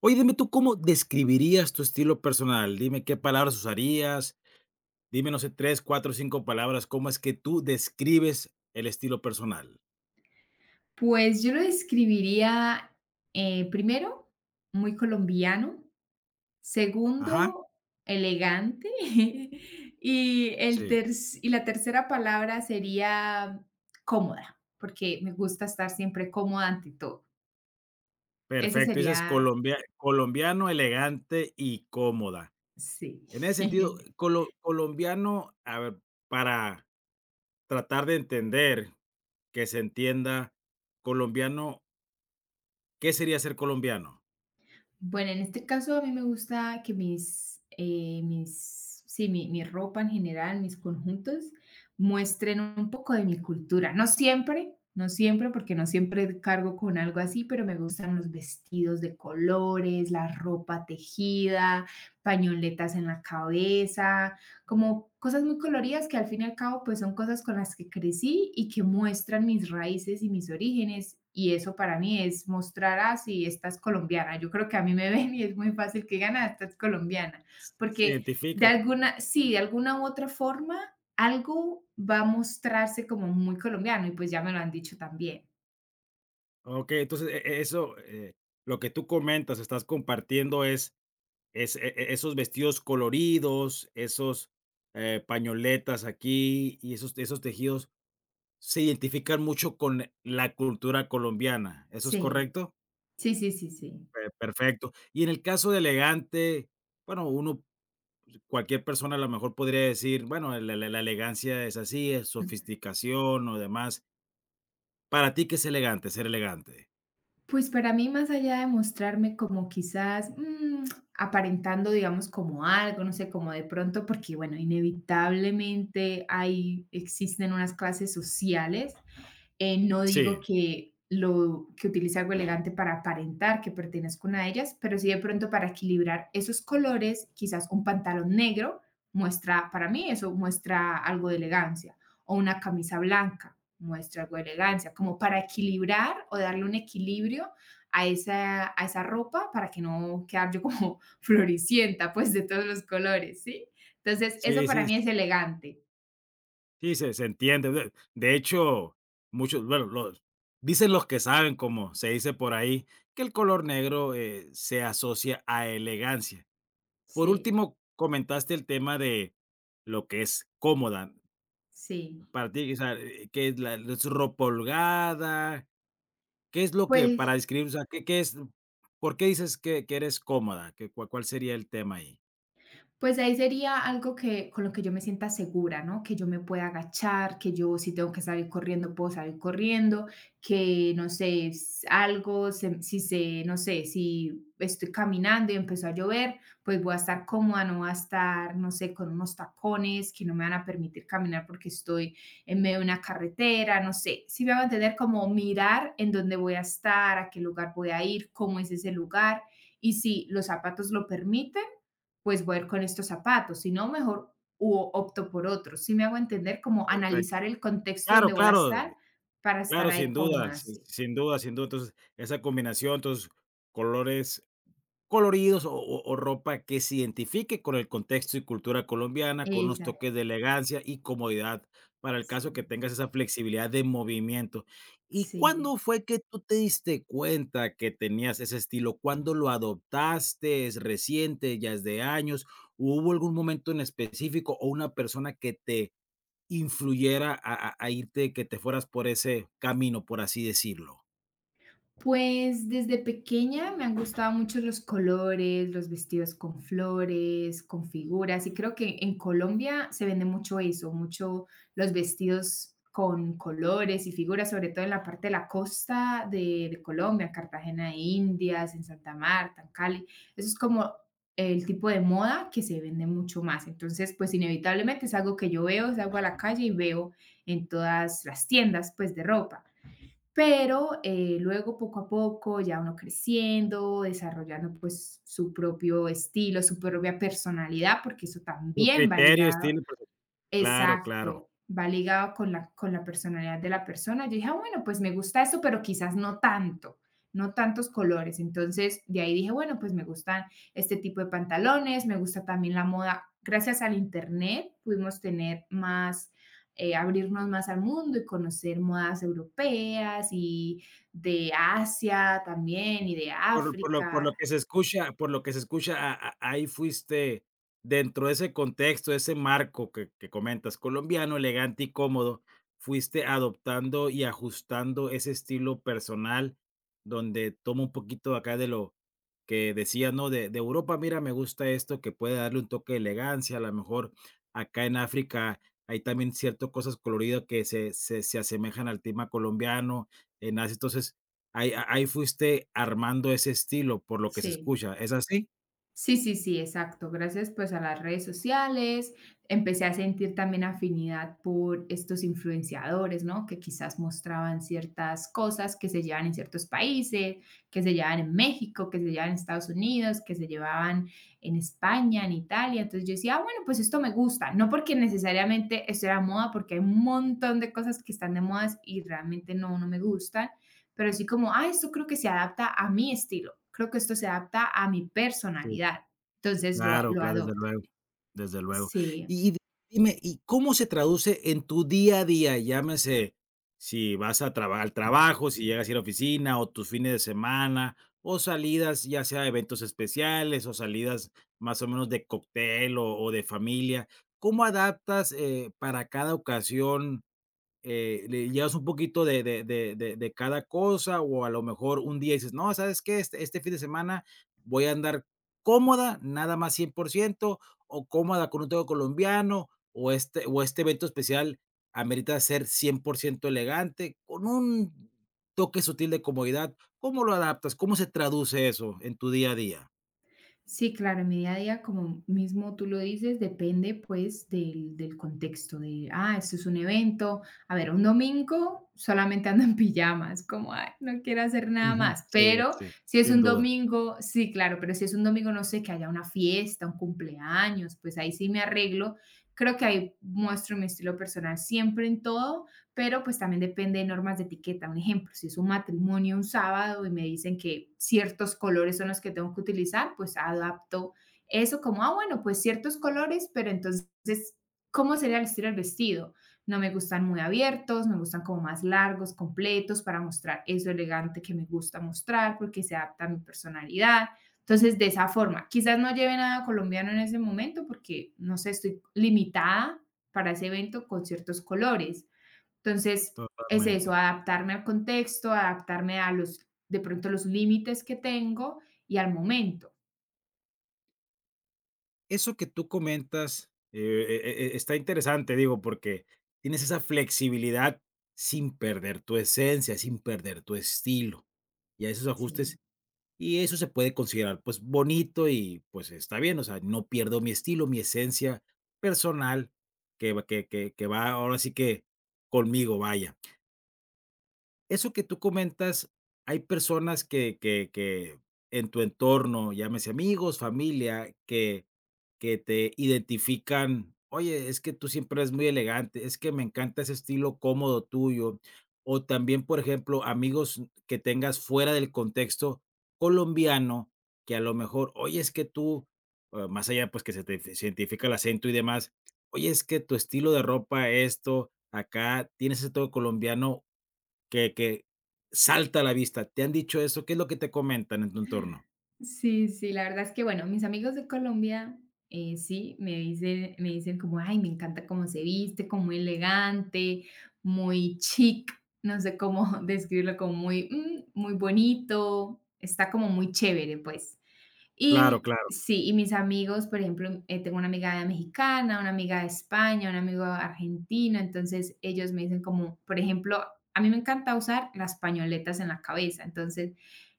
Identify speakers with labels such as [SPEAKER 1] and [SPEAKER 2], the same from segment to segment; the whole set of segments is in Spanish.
[SPEAKER 1] Oye, dime tú, ¿cómo describirías tu estilo personal? Dime qué palabras usarías, dime, no sé, 3, 4, 5 palabras, ¿cómo es que tú describes el estilo personal?
[SPEAKER 2] Pues yo lo describiría, primero, muy colombiano.
[SPEAKER 1] Ajá,
[SPEAKER 2] Segundo, elegante. Y, el
[SPEAKER 1] sí,
[SPEAKER 2] terc y la tercera palabra sería cómoda, porque me gusta estar siempre cómoda ante todo. Esa
[SPEAKER 1] perfecto, dices
[SPEAKER 2] sería
[SPEAKER 1] colombiano, elegante y cómoda.
[SPEAKER 2] sí.
[SPEAKER 1] En ese sentido, colombiano, a ver, para tratar de entender, que se entienda, colombiano, ¿qué sería ser colombiano?
[SPEAKER 2] Bueno, en este caso a mí me gusta que mi ropa en general, mis conjuntos, muestren un poco de mi cultura. No siempre, no siempre, porque no siempre cargo con algo así, pero me gustan los vestidos de colores, la ropa tejida, pañoletas en la cabeza, como cosas muy coloridas que al fin y al cabo pues son cosas con las que crecí y que muestran mis raíces y mis orígenes, y eso para mí es mostrar así, estás colombiana. Yo creo que a mí me ven y es muy fácil que digan: "Ah, estás colombiana",
[SPEAKER 1] ¿Se
[SPEAKER 2] porque de
[SPEAKER 1] identifica?
[SPEAKER 2] alguna, sí, de alguna u otra forma, algo va a mostrarse como muy colombiano y pues ya me lo han dicho también.
[SPEAKER 1] Okey, entonces, eso, lo que tú comentas, estás compartiendo es e e esos vestidos coloridos, esos, pañoletas aquí y esos tejidos se identifican mucho con la cultura colombiana, ¿eso es
[SPEAKER 2] Sí,
[SPEAKER 1] correcto?
[SPEAKER 2] sí, sí, sí, sí.
[SPEAKER 1] Perfecto. Y en el caso de elegante, bueno, uno cualquier persona a lo mejor podría decir, bueno, la elegancia es así, es sofisticación o demás. Para ti, ¿qué es elegante? Ser elegante.
[SPEAKER 2] Pues para mí, más allá de mostrarme como quizás, aparentando, digamos, como algo, no sé, como de pronto, porque bueno, inevitablemente hay existen unas clases sociales. No digo
[SPEAKER 1] Sí,
[SPEAKER 2] que lo que utilice algo elegante para aparentar que pertenezco a una de ellas, pero sí de pronto para equilibrar esos colores, quizás un pantalón negro para mí eso muestra algo de elegancia, o una camisa blanca muestra algo de elegancia, como para equilibrar o darle un equilibrio a esa ropa para que no quedar yo como floricienta, pues de todos los colores, ¿sí? Entonces, eso
[SPEAKER 1] sí,
[SPEAKER 2] para
[SPEAKER 1] sí.
[SPEAKER 2] mí es elegante.
[SPEAKER 1] Sí, se entiende. De hecho, bueno, los dicen los que saben, como se dice por ahí, que el color negro, se asocia a elegancia. Por
[SPEAKER 2] Sí,
[SPEAKER 1] último, comentaste el tema de lo que es cómoda.
[SPEAKER 2] sí.
[SPEAKER 1] Para ti, o sea, ¿qué es la es ropa holgada? ¿Qué es lo que
[SPEAKER 2] Pues
[SPEAKER 1] para describir, o sea, qué es por qué dices que eres cómoda? ¿Qué cuál cuál sería el tema ahí?
[SPEAKER 2] Pues ahí sería algo que con lo que yo me sienta segura, ¿no? Que yo me pueda agachar, que yo si tengo que salir corriendo, puedo salir corriendo, que no sé, algo, si se, no sé, si estoy caminando y empezó a llover, pues voy a estar cómoda, no voy a estar, no sé, con unos tacones que no me van a permitir caminar porque estoy en medio de una carretera, no sé. Si me van a entender como mirar en dónde voy a estar, a qué lugar voy a ir, cómo es ese lugar y si los zapatos lo permiten, pues voy a ir con estos zapatos, si no, mejor opto por otros. Si me hago entender, como
[SPEAKER 1] Perfecto.
[SPEAKER 2] analizar el contexto
[SPEAKER 1] Claro,
[SPEAKER 2] donde voy a
[SPEAKER 1] claro.
[SPEAKER 2] estar para estar
[SPEAKER 1] Claro,
[SPEAKER 2] ahí
[SPEAKER 1] sin duda,
[SPEAKER 2] cómoda,
[SPEAKER 1] sin
[SPEAKER 2] sí.
[SPEAKER 1] sin duda, sin duda. Entonces, esa combinación, entonces, colores coloridos o ropa que se identifique con el contexto y cultura colombiana, con unos toques
[SPEAKER 2] Exacto,
[SPEAKER 1] de elegancia y comodidad, para el
[SPEAKER 2] sí,
[SPEAKER 1] caso que tengas esa flexibilidad de movimiento. ¿Y
[SPEAKER 2] sí.
[SPEAKER 1] cuándo fue que tú te diste cuenta que tenías ese estilo? ¿Cuándo lo adoptaste? ¿Es reciente? ¿Ya es de años? ¿Hubo algún momento en específico o una persona que te influyera a irte que te fueras por ese camino, por así decirlo?
[SPEAKER 2] Pues desde pequeña me han gustado mucho los colores, los vestidos con flores, con figuras, y creo que en Colombia se vende mucho eso, mucho los vestidos con colores y figuras, sobre todo en la parte de la costa de Colombia, Cartagena de Indias, en Santa Marta, en Cali. Eso es como el tipo de moda que se vende mucho más. Entonces, pues inevitablemente es algo que yo veo, salgo a la calle y veo en todas las tiendas, pues de ropa. Pero, luego poco a poco, ya uno creciendo, desarrollando, pues, su propio estilo, su propia personalidad, porque eso
[SPEAKER 1] Tu
[SPEAKER 2] también va
[SPEAKER 1] criterio,
[SPEAKER 2] ligado.
[SPEAKER 1] estilo, pues, claro, claro.
[SPEAKER 2] Exacto, va ligado con la personalidad de la persona. Yo dije: "Ah, bueno, pues me gusta esto, pero quizás no tanto, no tantos colores". Entonces, de ahí dije: "Bueno, pues me gustan este tipo de pantalones, me gusta también la moda". Gracias al Internet pudimos tener más, abrirnos más al mundo y conocer modas europeas y de Asia también y de
[SPEAKER 1] Por lo por lo
[SPEAKER 2] África.
[SPEAKER 1] que se escucha por lo que se escucha, a ahí fuiste, dentro de ese contexto, ese marco que comentas, colombiano, elegante y cómodo, fuiste adoptando y ajustando ese estilo personal, donde toma un poquito acá de lo que decía, ¿no? De Europa, mira, me gusta esto que puede darle un toque de elegancia, a lo mejor acá en África hay también cierto cosas coloridas que se asemejan al tema colombiano, en Asia. Entonces, ahí fuiste armando ese estilo, por lo que se
[SPEAKER 2] Sí.
[SPEAKER 1] escucha, ¿es así?
[SPEAKER 2] Sí, sí, sí, exacto. Gracias pues a las redes sociales, empecé a sentir también afinidad por estos influenciadores, ¿no? Que quizás mostraban ciertas cosas que se llevan en ciertos países, que se llevan en México, que se llevan en Estados Unidos, que se llevaban en España, en Italia. Entonces yo decía: "Ah, bueno, pues esto me gusta. No porque necesariamente esto era moda, porque hay un montón de cosas que están de modas y realmente no, no me gustan, pero sí como, ah, esto creo que se adapta a mi estilo, creo que esto se adapta a mi
[SPEAKER 1] Sí.
[SPEAKER 2] personalidad, entonces lo,
[SPEAKER 1] Claro,
[SPEAKER 2] lo
[SPEAKER 1] claro, desde
[SPEAKER 2] adopto".
[SPEAKER 1] luego, desde luego.
[SPEAKER 2] Sí,
[SPEAKER 1] Y di dime, ¿y cómo se traduce en tu día a día? Llámese, si vas a traba al trabajo, si llegas a ir a oficina, o tus fines de semana, o salidas, ya sea eventos especiales, o salidas más o menos de cóctel o de familia. ¿Cómo adaptas, para cada ocasión, le llevas un poquito de cada cosa o a lo mejor un día dices, no, ¿sabes qué? Este fin de semana voy a andar cómoda, nada más 100% o cómoda con un todo colombiano, o este evento especial amerita ser 100% elegante, con un toque sutil de comodidad. ¿Cómo lo adaptas? ¿Cómo se traduce eso en tu día a día?
[SPEAKER 2] sí, claro, en mi día a día, como mismo tú lo dices, depende pues del contexto, de, ah, esto es un evento, a ver, un domingo solamente ando en pijamas, como, ay, no quiero hacer nada
[SPEAKER 1] Ujú,
[SPEAKER 2] más,
[SPEAKER 1] sí,
[SPEAKER 2] pero
[SPEAKER 1] sí,
[SPEAKER 2] si es
[SPEAKER 1] sin
[SPEAKER 2] un
[SPEAKER 1] duda,
[SPEAKER 2] domingo, sí, claro, pero si es un domingo, no sé, que haya una fiesta, un cumpleaños, pues ahí sí me arreglo, creo que ahí muestro mi estilo personal siempre en todo, pero pues también depende de normas de etiqueta. Un ejemplo, si es un matrimonio un sábado y me dicen que ciertos colores son los que tengo que utilizar, pues adapto eso como, ah, bueno, pues ciertos colores, pero entonces, ¿cómo sería el estilo del vestido? No me gustan muy abiertos, me gustan como más largos, completos, para mostrar eso elegante que me gusta mostrar, porque se adapta a mi personalidad. Entonces, de esa forma, quizás no lleve nada colombiano en ese momento porque, no sé, estoy limitada para ese evento con ciertos colores, entonces, es eso,
[SPEAKER 1] totalmente.
[SPEAKER 2] adaptarme al contexto, adaptarme a los, de pronto, los límites que tengo y al momento.
[SPEAKER 1] Eso que tú comentas, está interesante, digo, porque tienes esa flexibilidad sin perder tu esencia, sin perder tu estilo, y a esos
[SPEAKER 2] Sí.
[SPEAKER 1] ajustes, y eso se puede considerar, pues, bonito y, pues, está bien, o sea, no pierdo mi estilo, mi esencia personal que va ahora sí que conmigo, vaya. Eso que tú comentas, hay personas que en tu entorno, llámese amigos, familia, que te identifican: "Oye, es que tú siempre eres muy elegante, es que me encanta ese estilo cómodo tuyo". O también, por ejemplo, amigos que tengas fuera del contexto colombiano, que a lo mejor: "Oye, es que tú", más allá, pues, que se identifica el acento y demás: "Oye, es que tu estilo de ropa, esto, acá, tienes ese toque colombiano que salta a la vista". ¿Te han dicho eso? ¿Qué es lo que te comentan en tu entorno?
[SPEAKER 2] Sí, sí, la verdad es que, bueno, mis amigos de Colombia, sí, me dicen como, ay, me encanta cómo se viste, como muy elegante, muy chic, no sé cómo describirlo, como muy, muy bonito, está como muy chévere, pues.
[SPEAKER 1] Claro,
[SPEAKER 2] Y
[SPEAKER 1] claro.
[SPEAKER 2] sí, y mis amigos, por ejemplo, tengo una amiga mexicana, una amiga de España, un amigo argentino, entonces ellos me dicen como, por ejemplo, a mí me encanta usar las pañoletas en la cabeza, entonces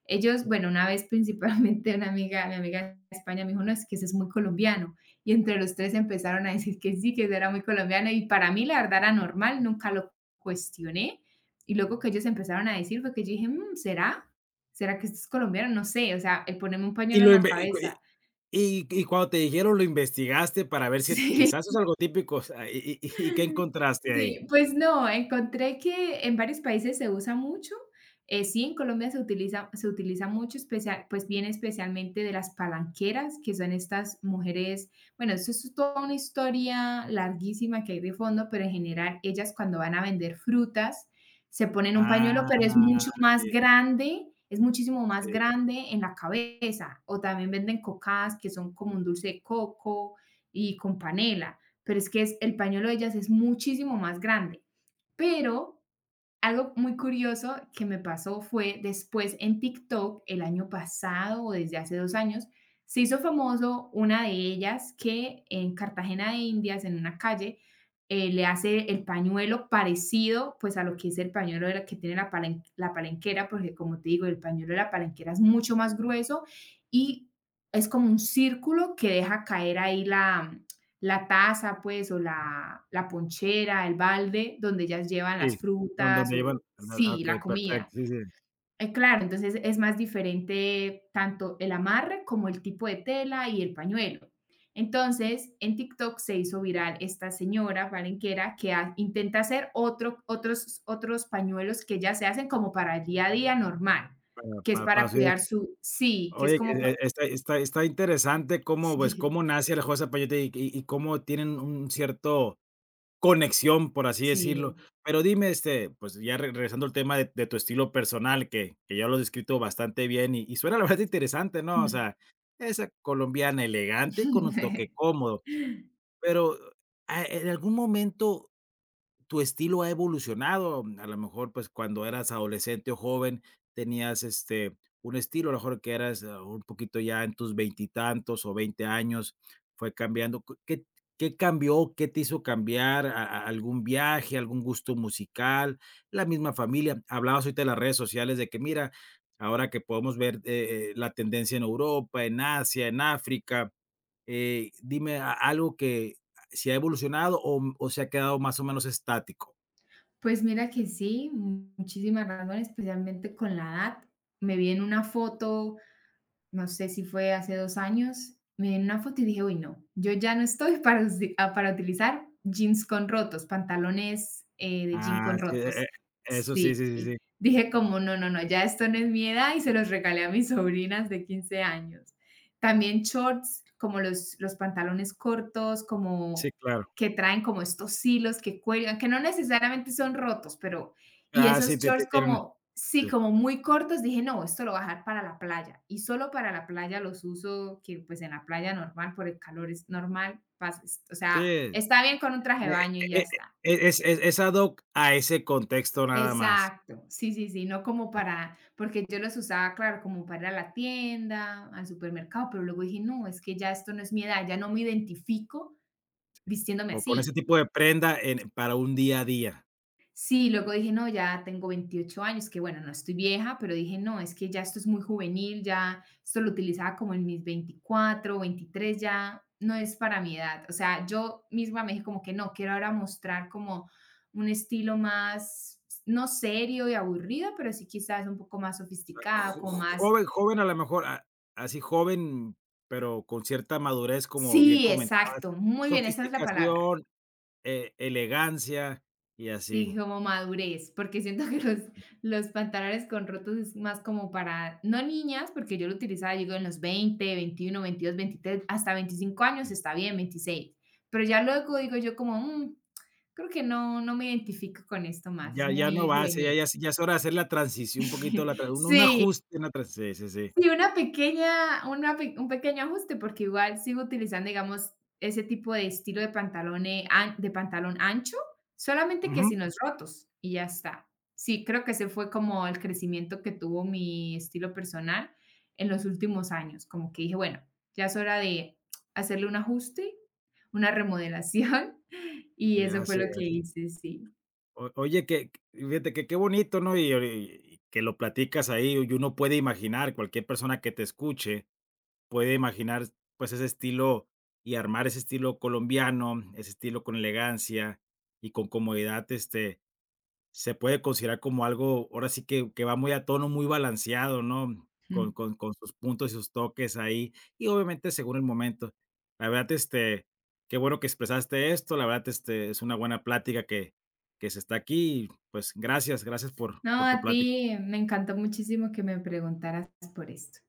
[SPEAKER 2] ellos, bueno, una vez principalmente una amiga, mi amiga de España me dijo: "No, es que ese es muy colombiano", y entre los tres empezaron a decir que sí, que eso era muy colombiano, y para mí la verdad era normal, nunca lo cuestioné, y luego que ellos empezaron a decir fue que yo dije: "Mm, ¿será? ¿Será que esto es colombiano? No sé, o sea, el ponerme un
[SPEAKER 1] Y
[SPEAKER 2] pañuelo en
[SPEAKER 1] lo
[SPEAKER 2] la
[SPEAKER 1] inve y cu- y
[SPEAKER 2] cabeza".
[SPEAKER 1] y y cuando te dijeron, ¿lo investigaste para ver si
[SPEAKER 2] Sí.
[SPEAKER 1] quizás es algo típico? O sea, ¿y qué encontraste ahí?
[SPEAKER 2] Sí, pues no, encontré que en varios países se usa mucho. Sí, en Colombia se utiliza mucho, especia- pues viene especialmente de las palanqueras, que son estas mujeres, bueno, eso es toda una historia larguísima que hay de fondo, pero en general ellas cuando van a vender frutas se ponen un pañuelo, pero es
[SPEAKER 1] Ah,
[SPEAKER 2] mucho más
[SPEAKER 1] sí,
[SPEAKER 2] grande, es muchísimo más
[SPEAKER 1] sí,
[SPEAKER 2] grande en la cabeza. O también venden cocadas, que son como un dulce de coco y con panela, pero es que es, el pañuelo de ellas es muchísimo más grande. Pero algo muy curioso que me pasó fue después en TikTok, el año pasado o desde hace 2 años, se hizo famoso una de ellas que en Cartagena de Indias, en una calle, le hace el pañuelo parecido pues a lo que es el pañuelo de la, que tiene la, palen- la palenquera, porque como te digo, el pañuelo de la palenquera es mucho más grueso y es como un círculo que deja caer ahí la, la taza, pues, o la la ponchera, el balde, donde ellas llevan
[SPEAKER 1] sí,
[SPEAKER 2] las
[SPEAKER 1] don
[SPEAKER 2] frutas
[SPEAKER 1] donde iban,
[SPEAKER 2] o sí,
[SPEAKER 1] okey,
[SPEAKER 2] la
[SPEAKER 1] perfecto,
[SPEAKER 2] comida.
[SPEAKER 1] sí, sí,
[SPEAKER 2] Claro, entonces es más diferente tanto el amarre como el tipo de tela y el pañuelo. Entonces, en TikTok se hizo viral esta señora palenquera que ha intenta hacer otros pañuelos que ellas se hacen como para el día a día normal,
[SPEAKER 1] para
[SPEAKER 2] que es
[SPEAKER 1] para para
[SPEAKER 2] para
[SPEAKER 1] ciudad.
[SPEAKER 2] cuidar su sí, que es
[SPEAKER 1] Oye,
[SPEAKER 2] como pa
[SPEAKER 1] está interesante cómo, pues,
[SPEAKER 2] sí,
[SPEAKER 1] cómo nace la Hot Zapallote y cómo tienen un cierto conexión, por así
[SPEAKER 2] sí.
[SPEAKER 1] decirlo. Pero dime, este, pues, ya re regresando al tema de tu estilo personal, que ya lo has descrito bastante bien y suena la verdad interesante, ¿no? O sea, esa colombiana elegante y con un toque cómodo. Pero, ¿en algún momento tu estilo ha evolucionado? A lo mejor, pues, cuando eras adolescente o joven tenías, este, un estilo, a lo mejor que eras, un poquito ya en tus veintitantos o 20 años, fue cambiando. Cu ¿qué qué cambió? ¿Qué te hizo cambiar? ¿A algún viaje, algún gusto musical, la misma familia? Hablabas ahorita de las redes sociales de que, mira, ahora que podemos ver, la tendencia en Europa, en Asia, en África, dime a algo que si ha evolucionado o se ha quedado más o menos estático.
[SPEAKER 2] Pues mira que sí, muchísimas razones, especialmente con la edad. Me vi en una foto, no sé si fue hace 2 años, me dieron una foto y dije, uy, no, yo ya no estoy para, para utilizar jeans con rotos, pantalones de jean
[SPEAKER 1] Ah,
[SPEAKER 2] con
[SPEAKER 1] sí,
[SPEAKER 2] rotos.
[SPEAKER 1] eso sí,
[SPEAKER 2] Sí,
[SPEAKER 1] sí, sí, sí.
[SPEAKER 2] dije como, no, no, no, ya esto no es mi edad y se los regalé a mis sobrinas de 15 años. También shorts, como los pantalones cortos,
[SPEAKER 1] Sí,
[SPEAKER 2] como
[SPEAKER 1] claro.
[SPEAKER 2] que traen como estos hilos que cuelgan, que no necesariamente son rotos, pero y
[SPEAKER 1] Ah, sí,
[SPEAKER 2] esos
[SPEAKER 1] te
[SPEAKER 2] shorts
[SPEAKER 1] tienen,
[SPEAKER 2] como, sí,
[SPEAKER 1] sí.
[SPEAKER 2] como muy cortos, dije, no, esto lo voy a dejar para la playa. Y solo para la playa los uso, que pues en la playa normal, por el calor es normal, o
[SPEAKER 1] Sí,
[SPEAKER 2] sea, está bien con un traje de
[SPEAKER 1] eh
[SPEAKER 2] baño y ya
[SPEAKER 1] eh,
[SPEAKER 2] está.
[SPEAKER 1] es ad hoc a ese contexto nada más.
[SPEAKER 2] Exacto, sí, sí, sí, no como
[SPEAKER 1] Sí,
[SPEAKER 2] para, porque yo los usaba, claro, como para ir a la tienda, al supermercado, pero luego dije, no, es que ya esto no es mi edad, ya no me identifico
[SPEAKER 1] sí.
[SPEAKER 2] vistiéndome
[SPEAKER 1] Co con ese
[SPEAKER 2] así.
[SPEAKER 1] tipo de prenda en para un día a día.
[SPEAKER 2] Sí, luego dije: "No, ya tengo 28 años", que bueno, no estoy vieja, pero dije: "No, es que ya esto es muy juvenil, ya esto lo utilizaba como en mis 24, 23, ya no es para mi edad". O sea, yo misma me dije como que no, quiero ahora mostrar como un estilo más, no serio y aburrido, pero sí quizás un poco más
[SPEAKER 1] O sea,
[SPEAKER 2] sofisticado,
[SPEAKER 1] jo
[SPEAKER 2] como
[SPEAKER 1] jo-
[SPEAKER 2] más
[SPEAKER 1] joven joven a lo mejor, a así joven, pero con cierta madurez, como bien
[SPEAKER 2] sí,
[SPEAKER 1] comentabas,
[SPEAKER 2] exacto, muy bien, esa es la palabra.
[SPEAKER 1] sofisticación, elegancia y
[SPEAKER 2] Sí,
[SPEAKER 1] así.
[SPEAKER 2] como madurez, porque siento que los pantalones con rotos es más como para, no niñas, porque yo lo utilizaba, digo, en los 20, 21, 22, 23, hasta 25 años
[SPEAKER 1] Sí.
[SPEAKER 2] está bien, 26. Pero ya luego digo yo como: "Mm, creo que no, no me identifico con esto más, es
[SPEAKER 1] Ya no
[SPEAKER 2] muy
[SPEAKER 1] va, sí, ya ya
[SPEAKER 2] juvenil".
[SPEAKER 1] ya es hora de hacer la transición, un poquito la tra un
[SPEAKER 2] Sí.
[SPEAKER 1] ajuste, una tran sí, sí, sí.
[SPEAKER 2] Sí, una pequeña una pe un pequeño ajuste, porque igual sigo utilizando, digamos, ese tipo de estilo de pantalón, an de pantalón ancho, solamente que
[SPEAKER 1] Ujú.
[SPEAKER 2] sin los rotos y ya está. Sí, creo que ese fue como el crecimiento que tuvo mi estilo personal en los últimos años, como que dije: "Bueno, ya es hora de hacerle un ajuste, una remodelación", y
[SPEAKER 1] Sí,
[SPEAKER 2] eso fue
[SPEAKER 1] así
[SPEAKER 2] lo que
[SPEAKER 1] es.
[SPEAKER 2] hice, sí.
[SPEAKER 1] O oye, fíjate que qué bonito, ¿no? Y que lo platicas ahí, y uno puede imaginar, cualquier persona que te escuche puede imaginar, pues, ese estilo y armar ese estilo colombiano, ese estilo con elegancia y con comodidad, este, se puede considerar como algo, ahora sí que va muy a tono, muy balanceado, ¿no? Con con con sus puntos y sus toques ahí, y obviamente según el momento. La verdad, este, qué bueno que expresaste esto, la verdad, este, es una buena plática que se está aquí y, pues, gracias, gracias por
[SPEAKER 2] No,
[SPEAKER 1] por tu
[SPEAKER 2] a
[SPEAKER 1] plática.
[SPEAKER 2] ti, me encantó muchísimo que me preguntaras por esto.